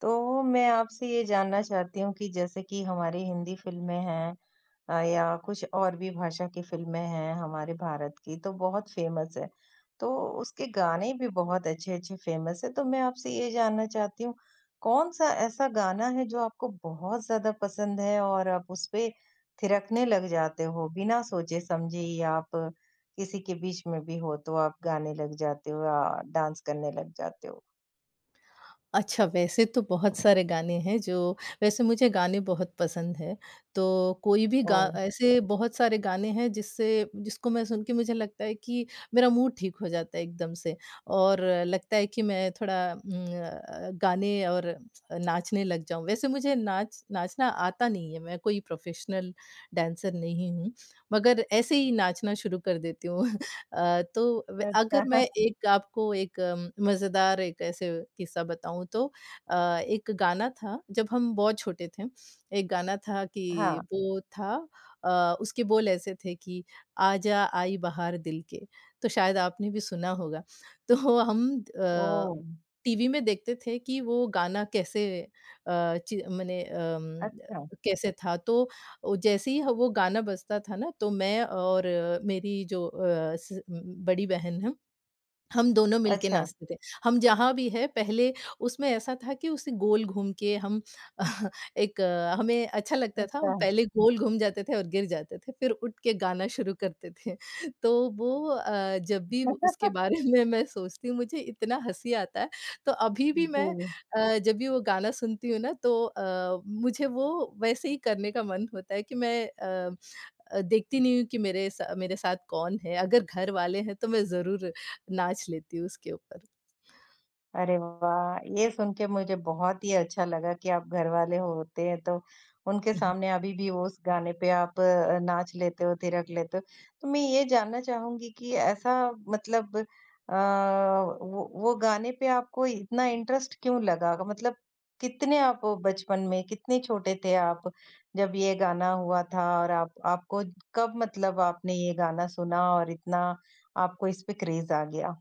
तो मैं आपसे ये जानना चाहती हूँ कि जैसे कि हमारी हिंदी फ़िल्में हैं या कुछ और भी भाषा की फ़िल्में हैं हमारे भारत की तो बहुत फ़ेमस है। तो उसके गाने भी बहुत अच्छे-अच्छे फ़ेमस हैं। तो मैं आपसे ये जानना चाहती हूँ कौन-सा ऐसा गाना है जो आपको बहुत ज़्यादा पसंद है और आप उस पे थिरकने लग जाते हो बिना सोचे-समझे या आप किसी के बीच में भी हो तो आप गाने लग जाते हो या डांस करने लग जाते हो? अच्छा, वैसे तो बहुत सारे गाने हैं जो वैसे मुझे गाने बहुत पसंद हैं। तो कोई भी गा ओह! ऐसे बहुत सारे गाने हैं जिससे जिसको मैं सुन के मुझे लगता है कि मेरा मूड ठीक हो जाता है एकदम से और लगता है कि मैं थोड़ा गाने और नाचने लग जाऊँ। वैसे मुझे नाच नाचना आता नहीं है, मैं कोई प्रोफ़ेशनल डांसर नहीं हूँ, मगर ऐसे ही नाचना शुरू कर देती हूँ। तो व अच्छा। अगर मैं एक आपको एक मज़ेदार एक ऐसे किस्सा बताऊँ तो अ, एक गाना था जब हम बहुत छोटे थे, एक गाना था कि हाँ। वो था उसके बोल ऐसे थे कि आजा आई बहार दिल के, तो शायद आपने भी सुना होगा। तो हम ओह! टीवी में देखते थे कि वो गाना कैसे अच्छा, कैसे था तो जैसे ही ह वो गाना बजता था ना, तो मैं और मेरी जो अ, स बड़ी बहन है, हम दोनों मिलके अच्छा, नाचते थे। हम जहाँ भी है पहले उसमें ऐसा था कि उसे गोल घूम के हम हमें अच्छा लगता था, हम अच्छा। पहले गोल घूम जाते थे और गिर जाते थे, फिर उठ के गाना शुरू करते थे। तो वो जब भी उसके बारे में मैं सोचती हूँ मुझे इतना हँसी आता है। तो अभी भी मैं जी। जब भी वो गाना सुनती हूँ ना तो मुझे वो वैसे ही करने का मन होता है कि मैं देखती नहीं हूँ कि मेरे साथ कौन है, अगर घर वाले हैं तो मैं ज़रूर नाच लेती हूँ उसके ऊपर। अरे वाह! ये सुन के मुझे बहुत ही अच्छा लगा कि आप घरवाले होते हैं तो उनके सामने अभी भी वो उस गाने पे आप नाच लेते हो, थिरक लेते हो। तो मैं ये जानना चाहूँगी कि ऐसा मतलब वो गाने पे आपको इतना इंटरेस्ट क्यों लगा? मतलब कितने आप बचपन में कितने छोटे थे आप जब ये गाना हुआ था और आप आपको कब मतलब आपने ये गाना सुना और इतना आपको इस पे क्रेज़ आ गया?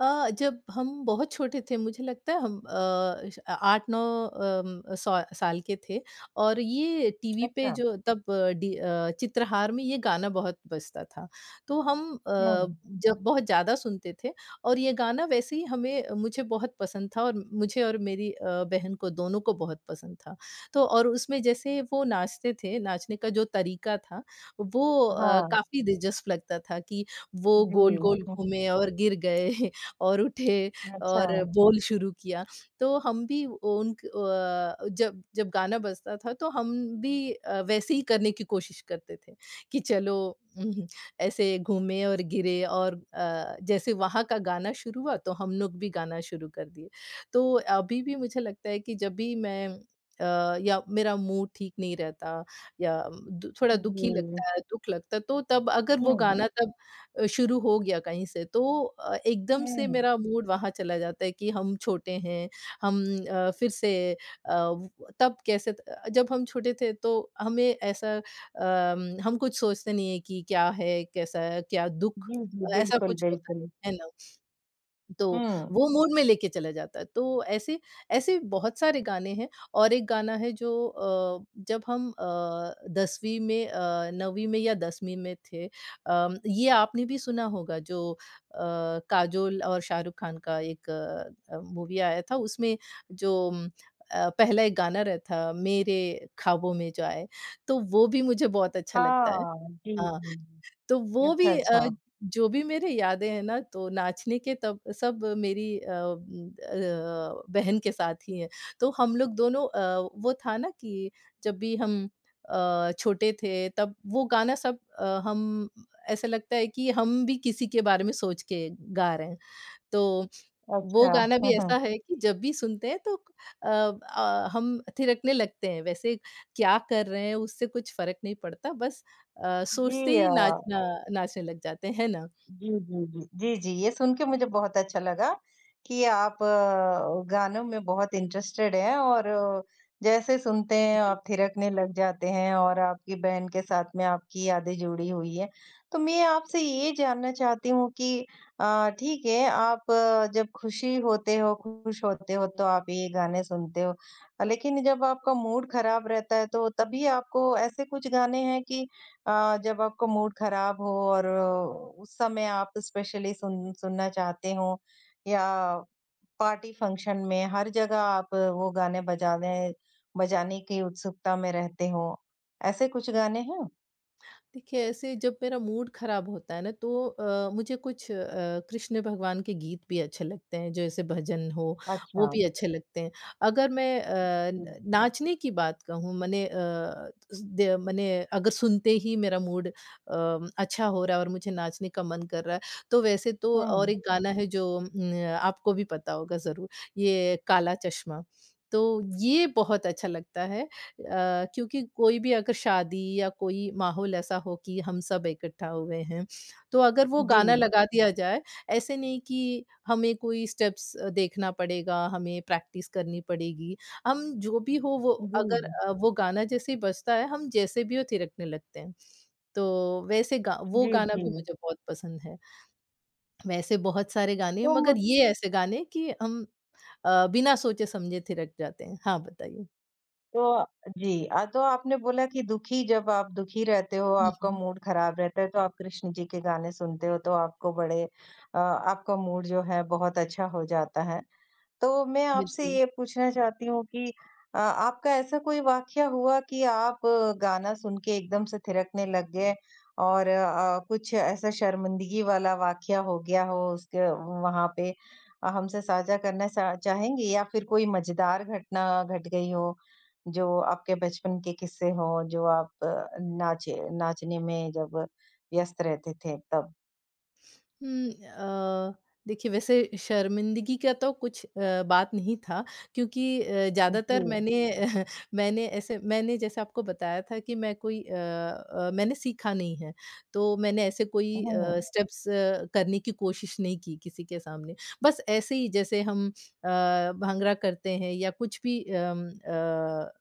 जब हम बहुत छोटे थे मुझे लगता है हम अ, श 8-9 सौ साल के थे और ये टीवी पे अच्छा। जो तब चित्रहार में ये गाना बहुत बजता था। तो हम हुँ, जब बहुत ज़्यादा सुनते थे और ये गाना वैसे ही हमें मुझे बहुत पसंद था और मुझे और मेरी बहन को दोनों को बहुत पसंद था। तो और उसमें जैसे वो नाचते थे, नाचने का जो तरीका था वो हाँ। काफ़ी दिलचस्प लगता था कि वो जी, गोल-गोल हुँ, घूमे और गिर गए और उठे अच्छा, और बोल शुरू किया। तो हम भी जब जब गाना बजता था तो हम भी वैसे ही करने की कोशिश करते थे कि चलो उहुँ, ऐसे घूमे और गिरे और जैसे वहाँ का गाना शुरू हुआ तो हम लोग भी गाना शुरू कर दिए। तो अभी भी मुझे लगता है कि जब भी मैं अ, या मेरा मूड ठीक नहीं रहता या दु थोड़ा दुखी जी, लगता है, दुःख लगता है तो तब अगर वो हुँ, गाना तब शुरू हो गया कहीं से तो एकदम से हुँ, मेरा मूड वहाँ चला जाता है कि हम छोटे हैं, हम अ, फिर से अ, व तब कैसे त जब हम छोटे थे तो हमें ऐसा हम कुछ सोचते नहीं है कि क्या है, कैसा है, क्या दुःख, जी, जी, ऐसा बिल्कुल, कुछ होता बिल्कुल, है ना? तो हुँ, वो मूड में लेके चला जाता है। तो ऐसे ऐसे बहुत सारे गाने हैं और एक गाना है जो जब हम 10वीं में 9वीं में या 10वीं में थे ये आपने भी सुना होगा जो काजोल और शाहरुख खान का एक मूवी आया था उसमें जो पहला एक गाना रहता मेरे ख्वाबों में जो आए, तो वो भी मुझे बहुत अच्छा लगता है। हाँ, जी, हाँ। जी, तो वो अच्छा, भी अच्छा, जो भी मेरे यादें हैं ना तो नाचने के तब सब मेरी बहन के साथ ही हैं। तो हम लोग दोनों वो था ना कि जब भी हम छोटे थे तब वो गाना सब हम ऐसा लगता है कि हम भी किसी के बारे में सोच के गा रहे हैं। तो वो अच्छा, गाना भी ऐसा है कि जब भी सुनते हैं तो अ हम थिरकने लगते हैं, वैसे क्या कर रहे हैं उससे कुछ फ़र्क नहीं पड़ता बस जी सोचते ही नाचना नाचने लग जाते हैं, है ना? जी, जी, जी। जी, जी, ये सुन के मुझे बहुत अच्छा लगा कि आप गानों में बहुत इंटरेस्टेड हैं और जैसे सुनते हैं आप थिरकने लग जाते हैं और आपकी बहन के साथ में आपकी यादें जुड़ी हुई हैं। तो मैं आपसे ये जानना चाहती हूँ कि ठीक है, आप जब खुशी होते हो, खुश होते हो तो आप ये गाने सुनते हो। लेकिन जब आपका मूड खराब रहता है तो तभी आपको ऐसे कुछ गाने हैं कि जब आपका मूड खराब हो और उस समय आप स्पेशली सुनना चाहते हो या पार्टी फंक्शन में हर जगह आप वो गाने बजाने बजाने की उत्सुकता में रहते हो, ऐसे कुछ गाने हैं? देखिए, ऐसे जब मेरा मूड ख़राब होता है ना तो मुझे कुछ कृष्ण भगवान के गीत भी अच्छे लगते हैं, जैसे भजन हो, वो अच्छा। भी अच्छे लगते हैं। अगर मैं अ, जी। न नाचने की बात कहूँ मने अ, स द मने अगर सुनते ही मेरा मूड अच्छा हो रहा है और मुझे नाचने का मन कर रहा है, तो वैसे तो और हुँ। एक गाना है जो आपको भी पता होगा ज़रूर, ये काला चश्मा। तो ये बहुत अच्छा लगता है क्योंकि कोई भी अगर शादी या कोई माहौल ऐसा हो कि हम सब इकट्ठा हुए हैं, तो अगर वो जी। गाना लगा दिया जाए, ऐसे नहीं कि हमें कोई स्टेप्स देखना पड़ेगा, हमें प्रैक्टिस करनी पड़ेगी। हम जो भी हो वो जी, अगर वो गाना जैसे ही बजता है, हम जैसे भी हो थिरकने लगते हैं। तो वैसे गा वो जी, गाना जी। भी मुझे बहुत पसंद है। वैसे बहुत सारे गाने हैं, तुम मगर ये ऐसे गाने कि हम बिना सोचे-समझे थिरक जाते हैं। हाँ, बताइए? तो जी, तो आपने बोला कि दुखी जब आप दुखी रहते हो, हुँ, आपका हुँ। मूड खराब रहता है, तो आप कृष्ण जी के गाने सुनते हो, तो आपको आपका मूड जो है बहुत अच्छा हो जाता है। तो मैं आपसे बिल्कुल। ये पूछना चाहती हूँ कि आपका ऐसा कोई वाक़या हुआ कि आप गाना सुन के एकदम से थिरकने लग गए और कुछ ऐसा शर्मिंदगी वाला वाक़या हो गया हो उसके वहाँ पे हमसे साझा करना सा चाहेंगी? या फिर कोई मज़ेदार घटना घट गई हो, जो आपके बचपन के किस्से हों, जो आप नाचे नाचने में जब व्यस्त रहते थे तब? हुँ, अ, देखिए वैसे शर्मिंदगी का तो कुछ बात नहीं था क्योंकि जी। ज़्यादातर मैंने मैंने जैसे आपको बताया था कि मैंने सीखा नहीं है, तो मैंने ऐसे कोई हुँ, स्टेप्स करने की कोशिश नहीं की किसी के सामने। बस ऐसे ही जैसे हम अ, भांगड़ा करते हैं या कुछ भी अम अ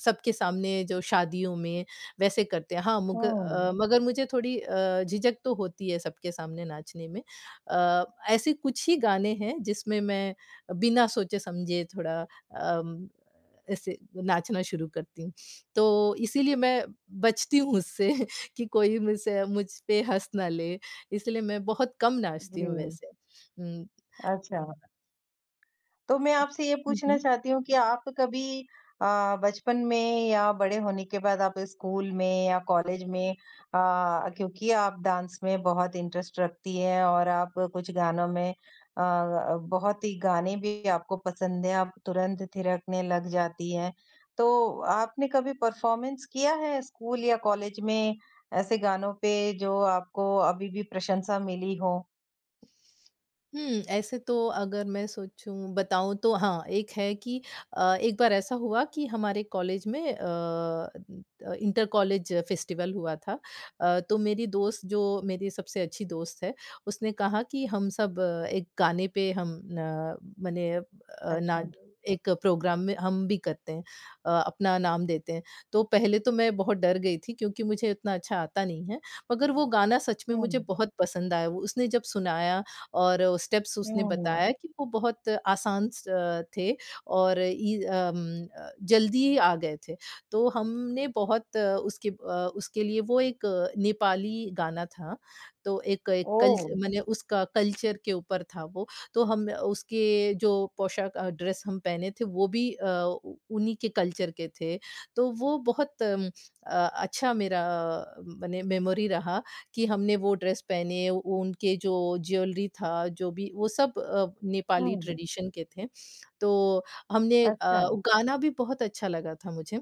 सबके सामने जो शादियों में वैसे करते हैं। हाँ, हुँ। मगर मुझे थोड़ी झिझक तो होती है सबके सामने नाचने में। ऐसे कुछ ही गाने हैं जिसमें मैं बिना सोचे-समझे थोड़ा ऐसे नाचना शुरू करती हूँ। तो इसीलिए मैं बचती हूँ उससे कि कोई मुझ पे हँस ना ले, इसलिए मैं बहुत कम नाचती हूँ जी, वैसे। हुँ। अच्छा। तो मैं आपसे ये पूछना चाहती हूँ कि आप कभी बचपन में या बड़े होने के बाद आप स्कूल में या कॉलेज में क्योंकि आप डांस में बहुत इंटरेस्ट रखती हैं और आप कुछ गानों में बहुत ही गाने भी आपको पसंद है आप तुरंत थिरकने लग जाती हैं तो आपने कभी परफॉर्मेंस किया है स्कूल या कॉलेज में ऐसे गानों पे जो आपको अभी भी प्रशंसा मिली हो? हुँ, ऐसे तो अगर मैं सोचूँ बताऊँ तो हाँ, एक है कि एक बार ऐसा हुआ कि हमारे कॉलेज में इंटर कॉलेज फेस्टिवल हुआ था। तो मेरी दोस्त जो मेरी सबसे अच्छी दोस्त है, उसने कहा कि हम सब एक गाने पे हम न मने अ, ना अच्छा। एक प्रोग्राम में हम भी करते हैं अपना नाम देते हैं। तो पहले तो मैं बहुत डर गई थी क्योंकि मुझे इतना अच्छा आता नहीं है, मगर वो गाना सच में हुँ, मुझे बहुत पसंद आया। वो उसने जब सुनाया और स्टेप्स उसने हुँ, बताया कि वो बहुत आसान थे और जल्दी ही आ गए थे। तो हमने बहुत उसके लिए वो एक नेपाली गाना था, तो एक एक ओह! कल्च माने उसका कल्चर के ऊपर था वो। तो हम उसके जो पोशाक ड्रेस हम पहने थे वो भी अ, उ उन्हीं के कल्चर के थे। तो वो बहुत अ, अच्छा मेरा मने मेमोरी रहा कि हमने वो ड्रेस पहने, वो उनके जो ज्वेलरी था, जो भी वो सब नेपाली हुँ। ट्रेडिशन के थे। तो हमने अच्छा, गाना भी बहुत अच्छा लगा था मुझे।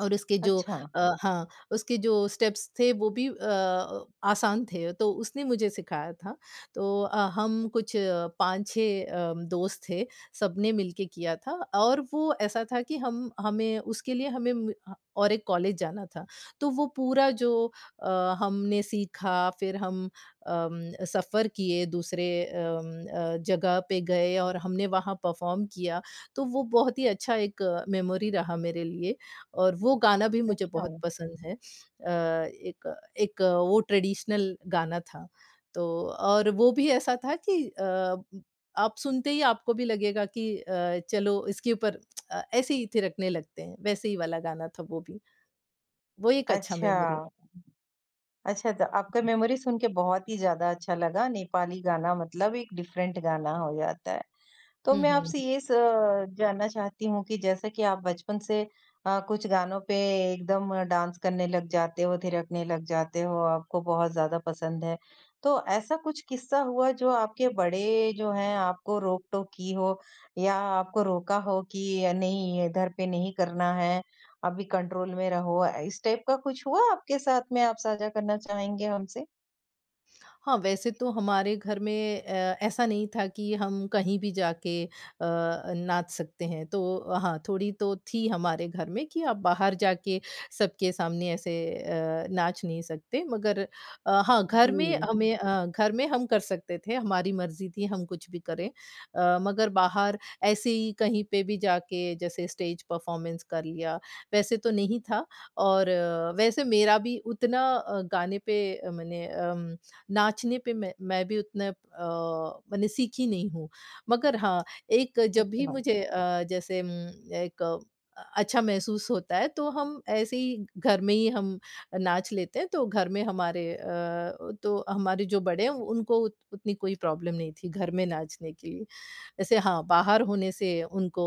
और अच्छा, हाँ, उसके जो स्टेप्स थे वो भी आसान थे, तो उसने मुझे सिखाया था। तो हम कुछ 5-6 दोस्त थे, सबने मिलके किया था और वो ऐसा था कि हम हमें उसके लिए हमें म ह और एक कॉलेज जाना था। तो वो पूरा जो अ, हमने सीखा फिर हम अम, सफ़र किए दूसरे जगह पे गए और हमने वहाँ परफ़ॉर्म किया, तो वो बहुत ही अच्छा एक मेमोरी रहा मेरे लिए। और वो गाना भी मुझे अच्छा, बहुत पसंद है। एक एक वो ट्रेडिशनल गाना था। तो और वो भी ऐसा था कि आप सुनते ही आपको भी लगेगा कि चलो इसके ऊपर ऐसे ही थिरकने लगते हैं। वैसे ही वाला गाना था वो भी। वो एक अच्छा अच्छा, मेमोरी है। अच्छा तो आपका मेमोरी सुन के बहुत ही ज़्यादा अच्छा लगा, नेपाली गाना मतलब एक डिफरेंट गाना हो जाता है। तो हुँ, मैं हुँ। आपसे ये स जानना चाहती हूँ कि जैसा कि आप बचपन से कुछ गानों पे एकदम डांस करने लग जाते हो, थिरकने लग जाते हो, आपको बहुत ज़्यादा पसंद है। तो ऐसा कुछ किस्सा हुआ जो आपके बड़े जो हैं आपको रोक-टोक की हो या आपको रोका हो कि नहीं ये इधर पे नहीं करना है, अभी कंट्रोल में रहो। इस टाइप का कुछ हुआ आपके साथ में आप साझा करना चाहेंगे हमसे? हाँ, वैसे तो हमारे घर में ऐसा नहीं था कि हम कहीं भी जाके नाच सकते हैं। तो हाँ, थोड़ी तो थी हमारे घर में कि आप बाहर जाके सबके सामने ऐसे नाच नहीं सकते। मगर हाँ, घर में जी, घर में हम कर सकते थे, हमारी मर्ज़ी थी हम कुछ भी करें। मगर बाहर ऐसे ही कहीं पे भी जाके जैसे स्टेज परफ़ॉर्मेंस कर लिया, वैसे तो नहीं था और वैसे मेरा भी उतना गाने पे अ, मैंने अम नाचने पे मैं भी उतना मैंने सीखी नहीं हूँ। मगर हाँ, एक जब भी अच्छा। मुझे जैसे एक अच्छा महसूस होता है तो हम ऐसे ही घर में ही हम नाच लेते हैं, तो घर में तो हमारे जो बड़े हैं उनको उत उतनी कोई प्रॉब्लम नहीं थी घर में नाचने की। ऐसे हाँ, बाहर होने से उनको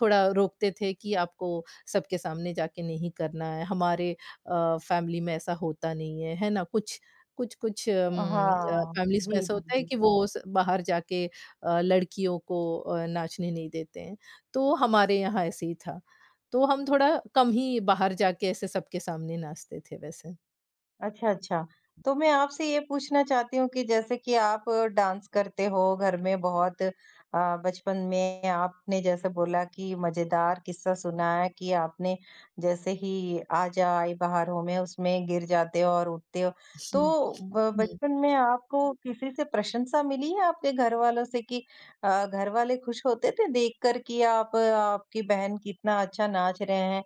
थोड़ा रोकते थे कि आपको सबके सामने जाके नहीं करना है, हमारे फ़ैमिली में ऐसा होता नहीं है, है ना? कुछ कुछ कुछ अम, अ, हाँ। फ़ैमिलीज़ में जी, ऐसा जी, होता है जी। कि वो स बाहर जाके लड़कियों को नाचने नहीं देते हैं, तो हमारे यहाँ ऐसे ही था। तो हम थोड़ा कम ही बाहर जाके ऐसे सबके सामने नाचते थे वैसे। अच्छा, अच्छा। तो मैं आपसे ये पूछना चाहती हूँ कि जैसे कि आप डांस करते हो घर में बहुत अ, बचपन में आपने जैसे बोला कि मज़ेदार किस्सा सुना है कि आपने जैसे ही आजा आई बहारों में उसमें गिर जाते हो और उठते हो। तो हुँ, ब हुँ। बचपन में आपको किसी से प्रशंसा मिली है आपके घरवालों से कि घरवाले खुश होते थे देखकर कि आप आपकी बहन कितना अच्छा नाच रहे हैं?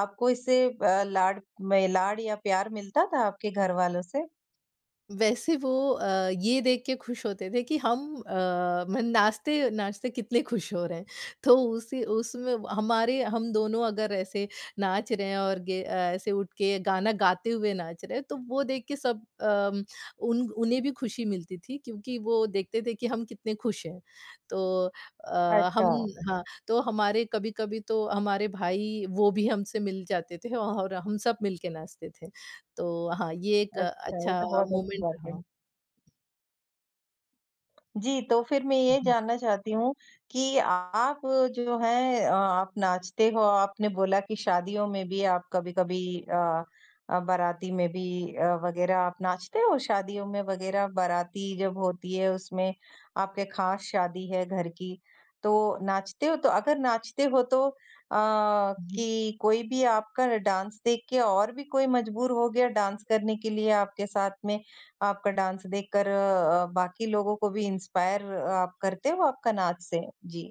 आपको इससे लाड में लाड या प्यार मिलता था आपके घरवालों से? वैसे वो ये देख के खुश होते थे कि हम अ, मन नाचते नाचते कितने खुश हो रहे हैं। तो उसी उसमें हमारे हम दोनों अगर ऐसे नाच रहे हैं और ऐसे उठ के गाना गाते हुए नाच रहे हैं, तो वो देख के सब अम, उन उन्हें भी खुशी मिलती थी क्योंकि वो देखते थे कि हम कितने खुश हैं। तो अ, अच्छा, हम हाँ, तो हमारे कभी-कभी तो हमारे भाई वो भी हमसे मिल जाते थे और हम सब मिल के नाचते थे। तो हाँ, ये एक अच्छा, ये अच्छा तो बहुत अच्छी मोमेंट बात है। रहा। जी, तो फिर मैं हुँ, ये हुँ। जानना चाहती हूँ कि आप जो है आप नाचते हो, आपने बोला कि शादियों में भी आप कभी-कभी अ बाराती में भी वग़ैरह आप नाचते हो शादियों में वग़ैरह? बाराती जब होती है उसमें आपके ख़ास शादी है घर की, तो नाचते हो? तो अगर नाचते हो तो हुँ, हुँ। कि कोई भी आपका डांस देख के और भी कोई मजबूर हो गया डांस करने के लिए आपके साथ में? आपका डांस देखकर बाकी लोगों को भी इंस्पायर आप करते हो आपका नाच से? जी।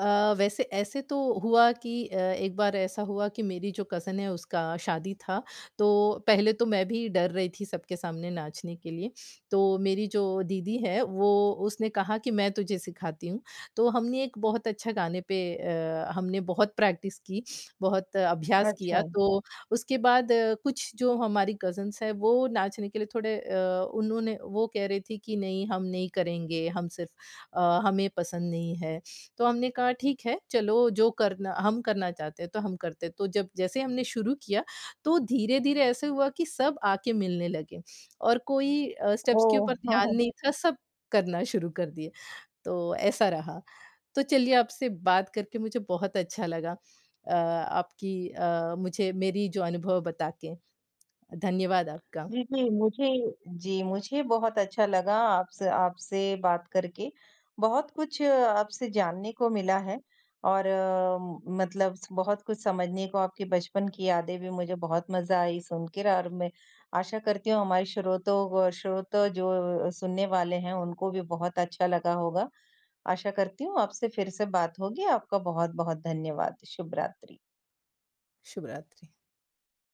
वैसे ऐसे तो हुआ कि एक बार ऐसा हुआ कि मेरी जो कज़न है उसका शादी था, तो पहले तो मैं भी डर रही थी सबके सामने नाचने के लिए। तो मेरी जो दीदी है वो उसने कहा कि मैं तुझे सिखाती हूँ। तो हमने एक बहुत अच्छा गाने पे हमने बहुत प्रैक्टिस की, बहुत अभ्यास अच्छा। किया। तो उसके बाद कुछ जो हमारी कज़न्स हैं वो नाचने के लिए थोड़े उन्होंने वो कह रही थी कि नहीं हम नहीं करेंगे, हम सिर्फ़ अ, हमें पसंद नहीं है। तो हमने कहा ठीक है, चलो जो करना हम करना चाहते हैं तो हम करते हैं। तो जब जैसे हमने शुरू किया तो धीरे-धीरे ऐसे हुआ कि सब आके मिलने लगे और कोई स्टेप्स के ओह! ऊपर हाँ, ध्यान हाँ। नहीं था, सब करना शुरू कर दिए। तो ऐसा रहा। तो चलिए आपसे बात करके मुझे बहुत अच्छा लगा। आपकी अ, मुझे मेरी जो अनुभव बता के। धन्यवाद आपका। जी, जी, मुझे बहुत अच्छा लगा आपसे आपसे बात करके। बहुत कुछ आपसे जानने को मिला है और म मतलब बहुत कुछ समझने को आपके बचपन की यादें भी मुझे बहुत मज़ा आई सुन के और मैं आशा करती हूँ हमारे श्रोतों को श्रोता जो सुनने वाले हैं उनको भी बहुत अच्छा लगा होगा। आशा करती हूँ आपसे फिर से बात होगी। आपका बहुत-बहुत धन्यवाद। शुभ रात्रि। शुभ रात्रि।